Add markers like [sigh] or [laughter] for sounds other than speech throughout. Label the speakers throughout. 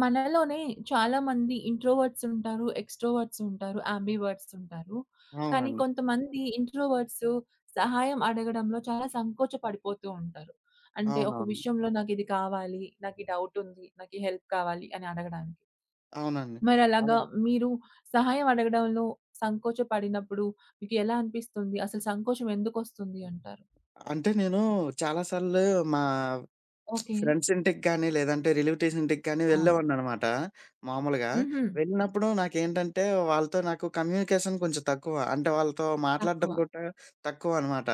Speaker 1: మనలోనే చాలామంది ఇంట్రోవర్ట్స్ ఉంటారు, ఎక్స్‌ట్రోవర్ట్స్ ఉంటారు, యాంబివర్ట్స్ ఉంటారు. కానీ
Speaker 2: అవునండి.
Speaker 1: కొంతమంది ఇంట్రోవర్ట్స్ సహాయం అడగడంలో చాలా సంకోచ పడిపోతూ ఉంటారు. అంటే ఒక
Speaker 2: అవునవును.
Speaker 1: విషయంలో నాకిది కావాలి, నాకీ డౌటుంది, నాకీ హెల్ప్ కావాలి అని అడగడానికి.
Speaker 2: అవునండి. అలా
Speaker 1: మరలాగా మీరు సహాయం అడగడంలో సంకోచ పడినప్పుడు మీకు ఎలా అనిపిస్తుంది? అసలు సంకోచం ఎందుకొస్తుంది అంటారు?
Speaker 2: అంటే నేను చాలా సార్లు మా
Speaker 1: ఓకే.
Speaker 2: ఫ్రెండ్స్ ఇంటికి గాని, లేదంటే రిలేటివ్స్ ఇంటికి గాని
Speaker 1: అవును.
Speaker 2: వెళ్ళేవాడిననమాట మామూలుగా.
Speaker 1: హుహు.
Speaker 2: వెళ్ళినప్పుడు నాకేంటంటే, వాళ్ళతో నాకు కమ్యూనికేషన్ కొంచెం తక్కువ. అంటే వాళ్ళతో మాట్లాడడం
Speaker 1: తక్కువ.
Speaker 2: కూడా తక్కువనమాట.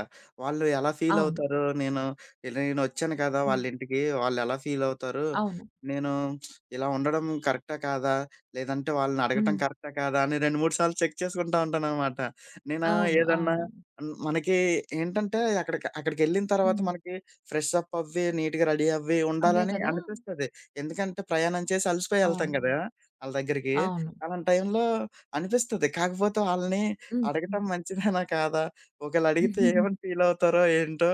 Speaker 2: వాళ్ళు ఎలా
Speaker 1: అవును.
Speaker 2: ఫీలవుతారో, నేనొచ్చాను కదా
Speaker 1: హ్మ్.
Speaker 2: వాళ్ళింటికి, వాళ్ళెలా ఫీలవుతారు?
Speaker 1: అవును.
Speaker 2: నేను ఇలా ఉండడం కరెక్టా కాదా? లేదంటే వాళ్ళనడగటం
Speaker 1: హ్మ్.
Speaker 2: కరెక్టా కాదా? అని 2, 3 సార్లు చెక్ చేసుకుంటా ఉంటాననమాట. నేను
Speaker 1: అవును.
Speaker 2: ఏదన్నా
Speaker 1: అవును.
Speaker 2: మనకి ఏంటంటే అక్కడికెళ్ళిన తర్వాత
Speaker 1: హ్మ్.
Speaker 2: మనకి ఫ్రెష్ అప్ అవ్వి, నీట్‌గా రెడీ అవ్వి
Speaker 1: అదే
Speaker 2: ఉండాలని
Speaker 1: కదా!
Speaker 2: అనిపిస్తది. ఎందుకంటే ప్రయాణం చేసి అలసిపోయి ఎళ్తాం
Speaker 1: అవును.
Speaker 2: గదా! ఆళ్ళ దగ్గరికి.
Speaker 1: అవును.
Speaker 2: అలాంటి టైంలో అనిపిస్తది. కాకపోతే వాళ్ళని
Speaker 1: హ్మ్.
Speaker 2: అడగటం మంచిదేనా కాదా? ఒకవేళ అడిగితే
Speaker 1: హ్మ్.
Speaker 2: ఏమని ఫీల్ అవుతారో ఏంటో!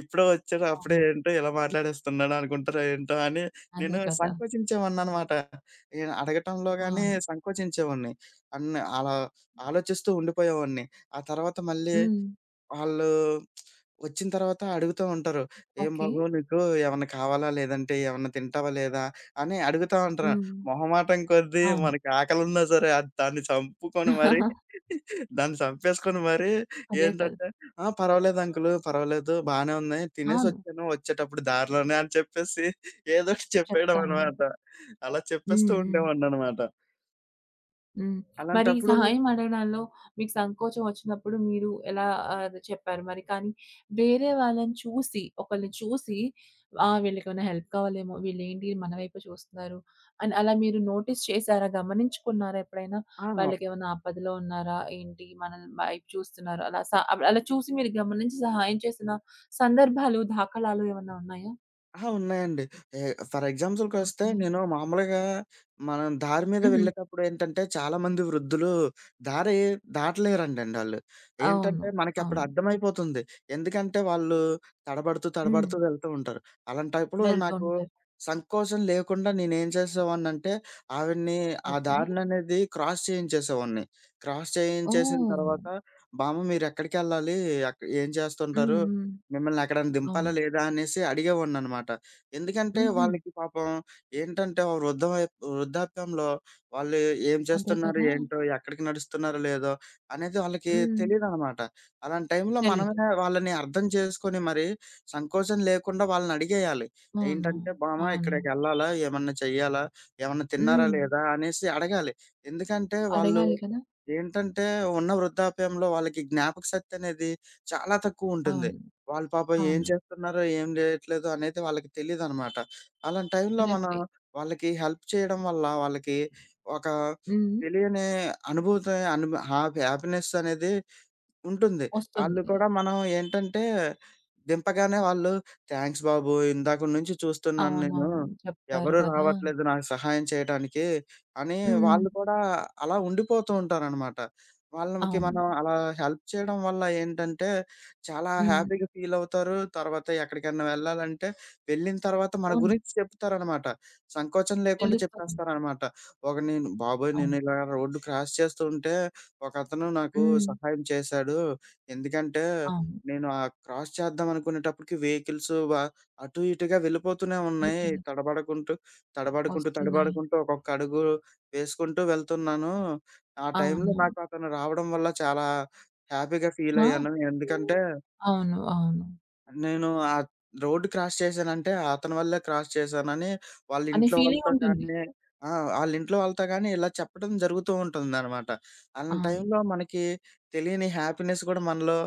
Speaker 2: ఇప్పుడే వచ్చాడు అప్పుడే
Speaker 1: అవును.
Speaker 2: ఏంటో ఇలా మాట్లాడేస్తున్నాడు అనుకుంటారో ఏంటో అని
Speaker 1: అదే
Speaker 2: నేను
Speaker 1: కదా!
Speaker 2: సంకోచించేవాడిననమాట. అడగటంలో గాని
Speaker 1: అవును.
Speaker 2: సంకోచించేవాడిని. అన్ని అలా ఆలోచిస్తూ ఉండిపోయేవాడిని. ఆ తర్వాత మళ్ళీ
Speaker 1: హ్మ్.
Speaker 2: ఆళ్ళు వచ్చిన తర్వాత అడుగుతా ఉంటారు. "ఏం
Speaker 1: ఓకే.
Speaker 2: బాబు నీకు ఏమన్నా కావాలా? లేదంటే ఏమన్నా తింటావా లేదా?" అని అడుగుతా ఉంటారు.
Speaker 1: హ్మ్.
Speaker 2: మొహమాటం కొద్దీ
Speaker 1: అవును.
Speaker 2: మనకి ఆకలున్నా సరే అది దాన్ని చంపుకొని మరి
Speaker 1: [laughs]
Speaker 2: [laughs] దాన్ని చంపేసుకొని మరి
Speaker 1: అదే కదా!
Speaker 2: ఏంటంటే, "ఆ! పర్వాలేదు అంకులు, పర్వాలేదు బానే ఉన్నాయి.
Speaker 1: అవును.
Speaker 2: తినేసొచ్చాను వచ్చేటప్పుడు దారిలోనే" అని చెప్పేసి ఏదో ఒకటి చెప్పేయడం
Speaker 1: చెప్తాము.
Speaker 2: అనమాట. అలా చెప్పేస్తూ
Speaker 1: హ్మ్. హ్మ్.
Speaker 2: ఉండేవాడిననమాట.
Speaker 1: హ్మ్. మరి ఈ
Speaker 2: అలాంటప్పుడు
Speaker 1: సహాయం అడగడంలో మీకు సంకోచం వచ్చినప్పుడు మీరు ఎలా చెప్పారు మరి? కానీ వేరే వాళ్ళని చూసి, ఒకళ్ళని చూసి ఆ! వీళ్ళకేమైనా హెల్ప్ కావాలేమో, వీళ్ళేంటి మన వైపే చూస్తున్నారు అని అలా మీరు నోటీస్ చేసారా? గమనించుకున్నారా ఎప్పుడైనా?
Speaker 2: ఆ!
Speaker 1: వాళ్ళకేమైనా ఆపదలో ఉన్నారా? ఏంటి మనల్ని వైపు చూస్తున్నారు అలా చూసి మీరు గమనించి సహాయం చేసిన సందర్భాలు, దాఖలాలు ఏమన్నా ఉన్నాయా?
Speaker 2: అహా! ఉన్నాయండి. ఏ ఫర్ ఎగ్జాంపుల్‌కొస్తే
Speaker 1: ఓకే.
Speaker 2: నేను మామూలుగా మనం దారి మీద
Speaker 1: హుహు.
Speaker 2: వెళ్ళేటప్పుడు ఏంటంటే చాలామంది వృద్ధులు దారి దాటలేరంటండి ఆళ్ళు. ఏంటంటే
Speaker 1: అవును.
Speaker 2: మనకప్పుడు
Speaker 1: అవును.
Speaker 2: అర్థమైపోతుంది. ఎందుకంటే వాళ్ళు తడబడుతూ,
Speaker 1: హ్మ్.
Speaker 2: తడబడుతూ వెళ్తూ ఉంటారు. అలాంటప్పుడు
Speaker 1: వెళ్తూ
Speaker 2: నాకు
Speaker 1: ఉంటారు.
Speaker 2: సంకోచం లేకుండా నేనేం చేసేవాడినంటే ఆవిడని ఆ
Speaker 1: ఓకే.
Speaker 2: దారిననేది క్రాస్ చేయించేసేవాడిని. క్రాస్ చేయించేసిన
Speaker 1: ఓహ్!
Speaker 2: తర్వాత బామ్మ మీరెక్కడికెళ్ళాలి? ఏం
Speaker 1: హ్మ్.
Speaker 2: చేస్తుంటారు?
Speaker 1: హ్మ్.
Speaker 2: మిమ్మల్ని ఎక్కడైనా దింపాలా
Speaker 1: అవును.
Speaker 2: లేదా అనేసి అడిగేవాడిననమాట. ఎందుకంటే
Speaker 1: హుహు.
Speaker 2: వాళ్ళకి పాపం ఏంటంటే ఓ వృద్ధాప్యంలో వాళ్ళు ఏం
Speaker 1: అదే
Speaker 2: చేస్తున్నారు?
Speaker 1: కదా!
Speaker 2: ఏంటో? ఎక్కడికి నడుస్తున్నారో? లేదో? అనేది వాళ్ళకి
Speaker 1: హ్మ్.
Speaker 2: తెలీదనమాట. అలాంటి టైంలో
Speaker 1: తెలీదు.
Speaker 2: మనమే వాళ్ళని అర్థం చేసుకొని మరి సంకోచం లేకుండా వాళ్ళని అడిగేయాలి.
Speaker 1: అవును.
Speaker 2: ఏంటంటే, "మామ
Speaker 1: అవును.
Speaker 2: ఇక్కడికెళ్ళాలా? ఏమన్నా చెయ్యాలా? ఏమన్నా తిన్నారా?
Speaker 1: హ్మ్.
Speaker 2: లేదా?" అనేసి అడగాలి. ఎందుకంటే వాళ్ళు
Speaker 1: అడగాలి కదా!
Speaker 2: ఏంటంటే ఉన్న వృద్ధాప్యంలో వాళ్ళకి జ్ఞాపకశక్తి అనేది చాలా తక్కువుంటుంది.
Speaker 1: అవును.
Speaker 2: వాళ్ళు పాపం ఏం
Speaker 1: అవును.
Speaker 2: చేస్తున్నారో, ఏం చేయట్లేదో అనేది వాళ్ళకి తెలీదనమాట. అలాంటి టైంలో మనం
Speaker 1: కరెక్టే.
Speaker 2: వాళ్ళకి హెల్ప్ చేయడం వల్ల వాళ్ళకి ఒక
Speaker 1: హ్మ్.
Speaker 2: తెలియని అనుభూతి అనుభ హ్యాపీ హ్యాపీనెస్ అనేది ఉంటుంది. ఆళ్ళు
Speaker 1: వస్తుంది.
Speaker 2: కూడా మనం ఏంటంటే, దింపగానే వాళ్ళు థాంక్స్ బాబు ఇందాకటి నుంచి చూస్తున్నాను నేను.
Speaker 1: అవునవును. చెప్తారు
Speaker 2: ఎవరు
Speaker 1: కదా!
Speaker 2: రావట్లేదు నాకు సహాయం చేయటానికి అని
Speaker 1: హ్మ్.
Speaker 2: వాళ్ళు కూడా అలా ఉండిపోతూ ఉంటారనమాట. వాళ్ళకి
Speaker 1: అవును.
Speaker 2: మనం అలా హెల్ప్ చేయడం వల్ల ఏంటంటే, చాలా
Speaker 1: హ్మ్.
Speaker 2: హ్యాపీగా ఫీల్ అవుతారు. తర్వాత ఎక్కడికన్నా వెళ్ళాలంటే వెళ్ళిన తర్వాత మన
Speaker 1: అవును.
Speaker 2: గురించి చెప్తారనమాట. సంకోచం లేకుండా
Speaker 1: తెలుస్తుంది.
Speaker 2: చెప్పేస్తారనమాట. నేను బాబోయ్! నేను
Speaker 1: అవును.
Speaker 2: ఇలా రోడ్డు క్రాస్ చేస్తూ ఉంటే ఒకతను నాకు
Speaker 1: హ్మ్.
Speaker 2: సహాయం చేశాడు. ఎందుకంటే,
Speaker 1: అవును.
Speaker 2: నేను ఆ క్రాస్ చేద్దాం అనుకునేటప్పటికి వెహికల్స్ అటు ఇటుగా వెళ్ళిపోతూనే
Speaker 1: అదే
Speaker 2: ఉన్నాయి.
Speaker 1: కదా!
Speaker 2: తడబడుకుంటూ,
Speaker 1: వస్తున్నాయి.
Speaker 2: తడబడుకుంటూ ఒక్కొక్క అడుగు వేసుకుంటూ వెళ్తున్నాను. ఆ టైంలో
Speaker 1: అవును.
Speaker 2: నాకు అతను రావడం వల్ల చాలా హ్యాపీగా ఫీల్ అయ్యాను.
Speaker 1: ఆ!
Speaker 2: ఎందుకంటే
Speaker 1: అవును. అవును.
Speaker 2: నేను రోడ్ క్రాస్ చేశానంటే అతని వల్లే క్రాస్ చేశానని వాళ్ళ
Speaker 1: అనే
Speaker 2: ఇంట్లో వాళ్ళతో
Speaker 1: ఫీలింగుంటుంది.
Speaker 2: కానీ ఆ! ఆళ్ళ ఇంట్లో వాళ్ళతో గాని ఇలా చెప్పడం జరుగుతూ ఉంటుందనమాట. అలాంటి
Speaker 1: అవును.
Speaker 2: టైంలో మనకి తెలియని హ్యాపీనెస్ కూడా మనలో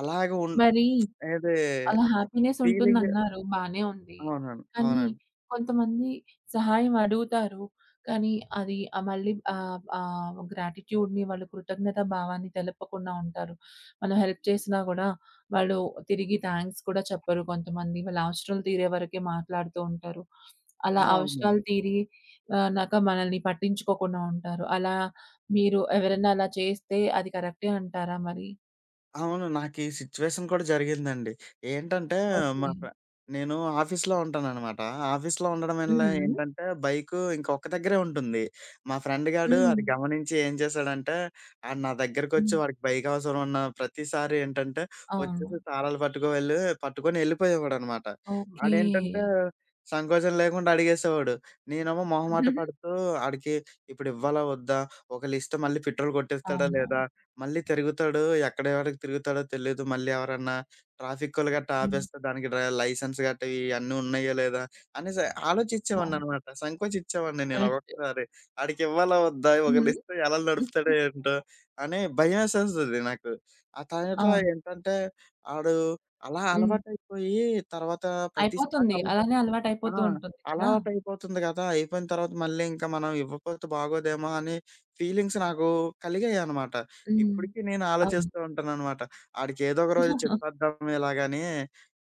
Speaker 2: అలాగే ఉన్
Speaker 1: మరి
Speaker 2: ఏది
Speaker 1: అలా హ్యాపీనెస్
Speaker 2: ఫీలింగ్
Speaker 1: ఉంటుందన్నారు. బానే ఉంది.
Speaker 2: అవునండి.
Speaker 1: కానీ
Speaker 2: అవునండి.
Speaker 1: కొంతమంది సహాయం అడుగుతారు. కానీ అది ఆహ్, మళ్ళీ ఆహ్, ఆహ్, గ్రాటిట్యూడ్‌ని వాళ్ళు కృతజ్ఞత భావాన్ని తెలపకుండా ఉంటారు. మనం హెల్ప్ చేసినా గూడా వాళ్ళు తిరిగి థాంక్స్ కూడా చెప్పరు కొంతమంది. వాళ్ళ అవసరాలు తీరే వరకే మాట్లాడుతూ ఉంటారు.
Speaker 2: ఆ!
Speaker 1: అలా
Speaker 2: అవునండి.
Speaker 1: అవసరాలు తీరి ఆహ్, నాక మనల్ని పట్టించుకోకుండా ఉంటారు. అలా మీరు ఎవరైనా అలా చేస్తే అది కరెక్టే అంటారా మరి?
Speaker 2: అవును. నాకీ సిచ్యువేషన్ కూడా జరిగిందండి. ఏంటంటే, మా
Speaker 1: ఓకే.
Speaker 2: ఫ్రె నేను ఆఫీస్‌లో ఉంటాననమాట. ఆఫీస్‌లో ఉండడం వల్ల
Speaker 1: హుహు.
Speaker 2: ఏంటంటే, బైకు ఇంక ఒక్క దగ్గరే ఉంటుంది. మా ఫ్రెండ్ గాడు
Speaker 1: హ్మ్.
Speaker 2: అది గమనించి ఏం చేశాడంటే, ఆడు నా దగ్గరకొచ్చి
Speaker 1: హ్మ్.
Speaker 2: వాడికి బైక్ అవసరం ఉన్న ప్రతిసారి ఏంటంటే,
Speaker 1: అవును.
Speaker 2: వచ్చేసి
Speaker 1: హ్మ్.
Speaker 2: తాళాలు పట్టుకో వెళ్లి పట్టుకొని ఎళ్ళిపోయేవాడనమాట.
Speaker 1: ఓకే.
Speaker 2: ఆడేంటంటే, సంకోచం లేకుండా అడిగేసేవాడు. నేనేమో మొహమాట
Speaker 1: హుహు.
Speaker 2: పడుతూ ఆడికి ఇప్పుడివ్వాలా వద్దా? ఒకలిస్తే మళ్ళీ పెట్రోల్ కొట్టేస్తాడా లేదా?
Speaker 1: అవునవును.
Speaker 2: మళ్ళీ తిరుగుతాడు. ఎక్కడెవరికి తిరుగుతాడో తెలీదు. మళ్ళీ ఎవరన్నా ట్రాఫిక్కోళ్ళు గట్ట
Speaker 1: హ్మ్.
Speaker 2: ఆపేస్తే దానికి లైసెన్స్ గట్ట ఇయన్నీ ఉన్నాయో లేదా అనేసి
Speaker 1: అవును.
Speaker 2: ఆలోచిచ్చేవాడిననమాట. సంకోచిచ్చేవాడిని నేను
Speaker 1: కరెక్ట్.
Speaker 2: ఒక్కొక్కసారి. ఆడికివ్వాలా వద్దా?
Speaker 1: హ్మ్.
Speaker 2: ఒకళ్ళిస్తే ఎలా నడుపుతాడో ఏంటో అని భయమేసేస్తది నాకు. ఆ తర్వాత
Speaker 1: అవును.
Speaker 2: ఏంటంటే ఆడు అలా
Speaker 1: హ్మ్.
Speaker 2: అలవాటయిపోయి తర్వాత ప్రతిసారి
Speaker 1: అయిపోతుంది.
Speaker 2: అలాగే.
Speaker 1: అలానే
Speaker 2: ఆ!
Speaker 1: అలవాటయిపోతూ ఉంటుంది కదా!
Speaker 2: అలవాటు అయిపోతుంది గదా! అయిపోయిన తర్వాత మళ్ళీ ఇంకా మనం ఇవ్వకపోతే బాగోదేమో అని ఫీలింగ్స్ నాకు కలిగాయనమాట.
Speaker 1: హ్మ్.
Speaker 2: ఇప్పటికి నేను
Speaker 1: అవును.
Speaker 2: ఆలోచిస్తూ ఉంటాననమాట. ఆడికేదో ఒక రోజు చెప్పేద్దాం ఇలాగని,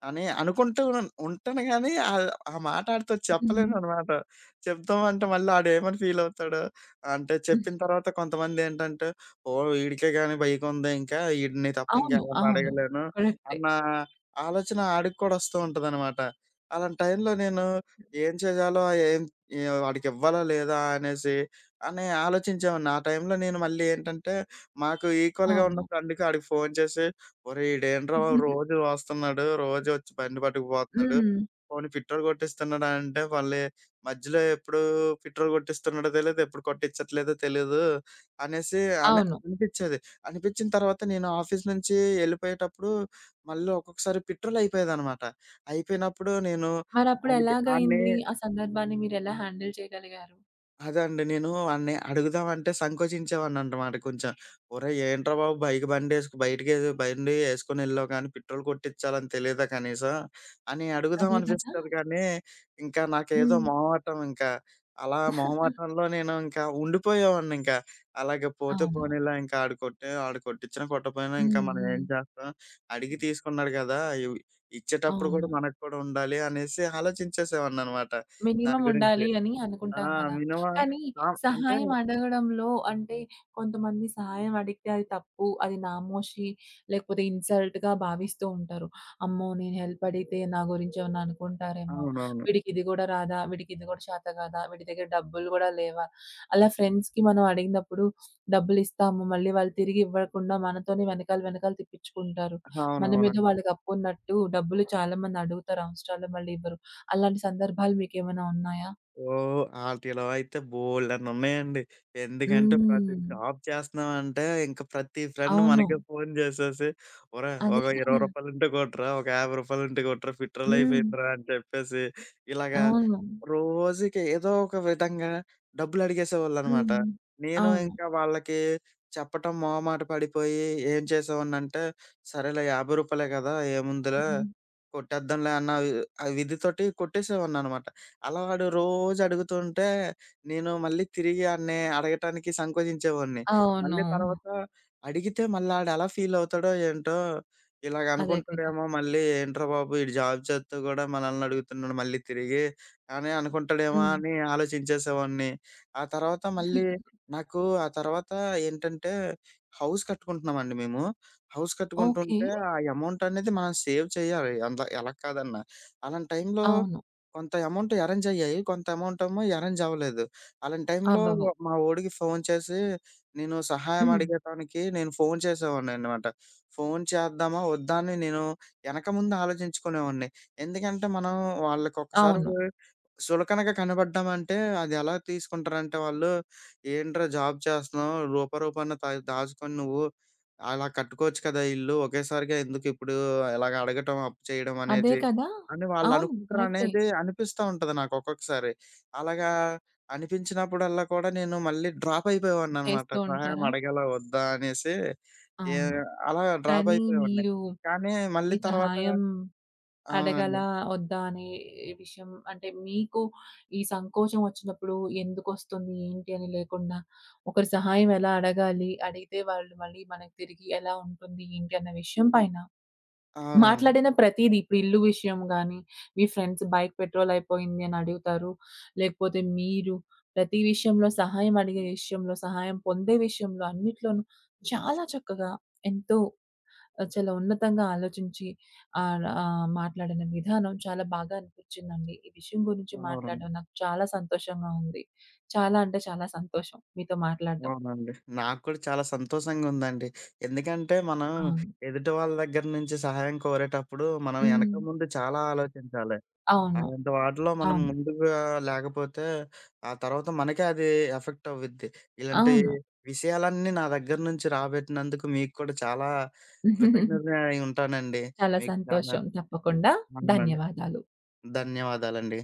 Speaker 2: అని అనుకుంటూ ఉంటాను గానీ ఆ మాట ఆడితో
Speaker 1: హ్మ్.
Speaker 2: చెప్పలేననమాట. చెప్దామంటే మళ్ళీ ఆడేమని ఫీలవుతాడో, అంటే చెప్పిన తర్వాత కొంతమందేంటంటే, ఓహ్! ఈడికే గాని బైకుంది ఇంకా ఈడిని తప్ప
Speaker 1: అవును.
Speaker 2: ఇంకెవరిని
Speaker 1: అవును.
Speaker 2: అడగలేను
Speaker 1: కరెక్టే.
Speaker 2: అన్న ఆలోచన ఆడికి కూడా వస్తూ ఉంటదనమాట. అలాంటి టైంలో నేను ఏం చేయాలో, ఏం ఏం వాడికివ్వాలా లేదా అనేసి అని ఆలోచించేవాడిని. ఆ టైంలో నేను మళ్ళీ ఏంటంటే, మాకు ఈక్వల్‌గా ఉన్న
Speaker 1: అవును.
Speaker 2: ఫ్రెండ్‌కి ఆడికి ఫోను చేసి, "ఒరేయ్! ఈడేంట్రా
Speaker 1: [laughs]
Speaker 2: రోజు వస్తున్నాడు, రోజు వచ్చి బండి పట్టుకుపోతున్నాడు.
Speaker 1: హ్మ్.
Speaker 2: పోనీ పెట్రోల్ కొట్టిస్తున్నాడా" అంటే, మళ్ళీ మధ్యలో ఎప్పుడు పెట్రోల్ కొట్టిస్తున్నాడో తెలీదు, ఎప్పుడు కొట్టిచ్చట్లేదో తెలీదు అనేసి అని
Speaker 1: అవును.
Speaker 2: అనిపిచ్చేది. అనిపిచ్చిన తర్వాత నేను ఆఫీస్ నుంచి ఎళ్ళిపోయేటప్పుడు మళ్ళీ ఒక్కొక్కసారి పెట్రోల్ అయిపోయేదనమాట. అయిపోయినప్పుడు నేను
Speaker 1: మరప్పుడు
Speaker 2: ఆడికి ఆడ్ని
Speaker 1: ఎలాగయింది? ఆ సందర్భాన్ని మీరెలా హ్యాండిల్ చేయగలిగారు?
Speaker 2: అదే అండి. నేను వాడిని అడుగుదామంటే సంకోచించేవాడిననమాట కొంచెం. ఒరేయ్! ఏంట్రా బాబు బైక్ బయటికేదో బండి యేసుకొనెళ్ళావు కానీ పెట్రోల్ కొట్టిచ్చాలని తెలీదా కనీసం? అని
Speaker 1: అదే కదా!
Speaker 2: అడుగుదామనిపిస్తది కానీ, ఇంకా నాకేదో
Speaker 1: హ్మ్.
Speaker 2: మొహమాటం ఇంకా. అలా మొహమాటంలో నేను ఇంకా ఉండిపోయేవాడినింకా. అలాగే పోతే
Speaker 1: అవును.
Speaker 2: పోనీలే ఇంకా ఆడు కొట్టిచ్చినా, కొట్టకపోయినా ఇంకా
Speaker 1: హ్మ్.
Speaker 2: మనం ఏం
Speaker 1: హ్మ్.
Speaker 2: చేస్తాం? అడిగి తీసుకున్నాడు గదా! ఇవ్ ఇచ్చేటప్పుడు కూడా
Speaker 1: అవును.
Speaker 2: మనకు కూడా ఉండాలి అనేసి ఆలోచించేసేవాడిననమాట దాని
Speaker 1: మినిమమ్
Speaker 2: గురించి.
Speaker 1: ఉండాలి అని
Speaker 2: ఆ!
Speaker 1: అనుకుంటాం కదా!
Speaker 2: మినిమం.
Speaker 1: కానీ
Speaker 2: ఆ! అంటే
Speaker 1: సహాయం అడగడంలో అంటే కొంతమంది సహాయం అడిగితే అది తప్పు, అది నామోషి, లేకపోతే ఇన్సల్ట్‌గా భావిస్తూ ఉంటారు. అమ్మో! నేను హెల్ప్ అడిగితే నా గురించి ఏమన్నా అనుకుంటారేమో!
Speaker 2: అవునవును.
Speaker 1: వీడికి ఇది గూడా రాదా? వీడికి ఇది గూడా చేత కాదా? వీడి దగ్గర డబ్బులు గూడా లేవా? అలా ఫ్రెండ్స్‌కి మనం అడిగినప్పుడు డబ్బులిస్తాము. మళ్ళీ వాళ్ళు తిరిగి ఇవ్వకుండా మనతోనే వెనకాల వెనకాల తిప్పించుకుంటారు.
Speaker 2: అవునవును.
Speaker 1: మనమేదో వాళ్ళకి అప్పున్నట్టు డబ్బులు చాలామంది అడుగుతారు అవసరాల్లో మళ్ళీ ఇవ్వరు. అలాంటి సందర్భాలు మీకేమైనా ఉన్నాయా?
Speaker 2: ఓహ్! ఆటిలో అయితే బోలెడన్నున్నాయండి. ఎందుకంటే ప్రతి
Speaker 1: హ్మ్.
Speaker 2: జాబ్ చేస్తున్నామంటే ఇంక ప్రతి ఫ్రెండ్
Speaker 1: అవును.
Speaker 2: మనకే ఫోను చేసేసి ఒరేయ్! ఒక
Speaker 1: అదే
Speaker 2: రూ.
Speaker 1: కదా!
Speaker 2: 20 కొట్రా, ఒక రూ. 50 కొట్రా పెట్రోల్
Speaker 1: హ్మ్.
Speaker 2: అయిపోయిందిరా అని చెప్పేసి ఇలాగా
Speaker 1: అవును.
Speaker 2: రోజుకి ఏదో ఒక విధంగా డబ్బులడిగేసేవాళ్ళనమాట.
Speaker 1: హ్మ్.
Speaker 2: నేను
Speaker 1: అవును.
Speaker 2: ఇంకా వాళ్ళకి చెప్పటం మొహమాట పడిపోయి ఏం చేసేవాడినంటే సరేలే రూ. 50 కదా ఏముందిలే
Speaker 1: హ్మ్.
Speaker 2: కొట్టేద్దాంలే అన్న ఆ విధితోటి కొట్టేసేవాడిననమాట. అలా వాడు రోజు అడుగుతుంటే, నేను మళ్ళీ తిరిగి ఆడిని అడగటానికి సంకోచించేవాడిని.
Speaker 1: అవును.
Speaker 2: మళ్ళీ తర్వాత అడిగితే మళ్ళా ఆడెలా ఫీలవుతాడో ఏంటో! ఇలాగ
Speaker 1: అదే కదా!
Speaker 2: అనుకుంటాడేమో మళ్ళీ ఏంట్రా బాబు! ఈడు జాబ్ చేత్తో గూడా మనల్ని అడుగుతున్నాడు మళ్ళీ తిరిగి అని అనుకుంటాడేమో
Speaker 1: హ్మ్.
Speaker 2: అని ఆలోచించేసేవాడిని. ఆ తర్వాత మళ్ళీ నాకు ఆ తర్వాత ఏంటంటే, హౌస్ కట్టుకుంటున్నామండి మేము. House
Speaker 1: okay.
Speaker 2: కట్టుకుంటుంటే, ఆ అమౌంటనేది మనం సేవ్ చేయాలి. అంత ఎలా కాదన్నా. అలాంటి టైంలో
Speaker 1: అవును.
Speaker 2: కొంత అమౌంట్ అరేంజ్ అయ్యాయి. కొంత అమౌంట్ ఏమో అరేంజ్ అవ్వలేదు. అలాంటి టైంలో
Speaker 1: అవ్వవు.
Speaker 2: మా వోడికి ఫోన్ చేసి నేను సహాయం
Speaker 1: హ్మ్.
Speaker 2: అడిగటానికి నేను ఫోన్ చేసేవాడినన్నమాట. ఫోన్ చేద్దామా? వద్దా? అని నేను ఎనక ముందు ఆలోచించుకునేవాడిని. ఎందుకంటే మనం వాళ్ళకొకసారి
Speaker 1: అవును.
Speaker 2: చులకనగా కనపడ్డామంటే అది ఎలా తీసుకుంటారంటే వాళ్ళు "ఏంట్రా జాబ్ చేస్తున్నావు? రూపాన తా దాచుకొని నువ్వు అలా కట్టుకోవచ్చు కదా! ఇల్లు. ఒకేసారిగా ఎందుకిప్పుడు ఇలాగ అడగటం, అప్పు చేయడం
Speaker 1: అదే
Speaker 2: అనేది"
Speaker 1: కదా!
Speaker 2: అని
Speaker 1: అవును. కరెక్టే.
Speaker 2: వాళ్ళనుకుంటారనేది అనిపిస్తా ఉంటది నాకు ఒక్కొక్కసారి. అలాగా అనిపించినప్పుడల్లా కూడా నేను మళ్ళీ డ్రాప్ అయిపోయేవాడిననమాట.
Speaker 1: చేస్తూ
Speaker 2: సహాయం
Speaker 1: ఉంటారా?
Speaker 2: అడగాలా? వద్దా? అనేసి ఏ
Speaker 1: అవును.
Speaker 2: అలా డ్రాప్
Speaker 1: కానీ
Speaker 2: అయిపోయేవాడిని.
Speaker 1: మీరు
Speaker 2: కానీ మళ్ళీ
Speaker 1: ఈ
Speaker 2: తర్వాత
Speaker 1: సహాయం
Speaker 2: అవునండి.
Speaker 1: అడగాలా? వద్దా? అనే విషయం అంటే మీకు ఈ సంకోచం వచ్చినప్పుడు ఎందుకొస్తుంది? ఏంటి? అని లేకుండా ఒకరి సహాయం ఎలా అడగాలి? అడిగితే వాళ్ళు మళ్ళీ మనకు తిరిగి ఎలా ఉంటుంది? ఏంటి? అన్న విషయం పైన
Speaker 2: అవునండి.
Speaker 1: మాట్లాడిన ప్రతీది ఇప్పుడు ఇల్లు విషయం గాని, మీ ఫ్రెండ్స్ బైక్ పెట్రోల్ అయిపోయింది అని అడుగుతారు. లేకపోతే మీరు ప్రతి విషయంలో సహాయం అడిగే విషయంలో, సహాయం పొందే విషయంలో అన్నిట్లోనూ చాలా చక్కగా ఎంతో చాలా ఉన్నతంగా ఆలోచించి ఆహ్, ఆహ్, మాట్లాడిన విధానం చాలా బాగా అనిపించిందండి. ఈ విషయం గురించి
Speaker 2: అవును.
Speaker 1: మాట్లాడడం నాకు చాలా సంతోషంగా ఉంది. చాలా అంటే చాలా సంతోషం మీతో మాట్లాడడం.
Speaker 2: అవునండి. నాకు కూడా చాలా సంతోషంగా ఉందండి. ఎందుకంటే మనం
Speaker 1: అవును.
Speaker 2: ఎదుటి వాళ్ళ దగ్గర నుంచి సహాయం కోరేటప్పుడు మనం ఎనక
Speaker 1: హ్మ్.
Speaker 2: ముందు చాలా ఆలోచించాలి.
Speaker 1: అవును.
Speaker 2: అలాంటి వాటిలో మనం
Speaker 1: అవును.
Speaker 2: ముందుగా లేకపోతే, ఆ తర్వాత మనకే అది ఎఫెక్ట్ అవ్విద్ది. ఇలాంటి
Speaker 1: అవును.
Speaker 2: విషయాలన్నీ నా దగ్గర నుంచి రాబెట్టినందుకు మీకు కూడా చాలా కృతజ్ఞతని
Speaker 1: [laughs]
Speaker 2: అయి ఉంటానండి.
Speaker 1: చాలా
Speaker 2: మీకు చాలా
Speaker 1: సంతోషం. తప్పకుండా.
Speaker 2: అవునండి.
Speaker 1: ధన్యవాదాలు.
Speaker 2: ధన్యవాదాలండి.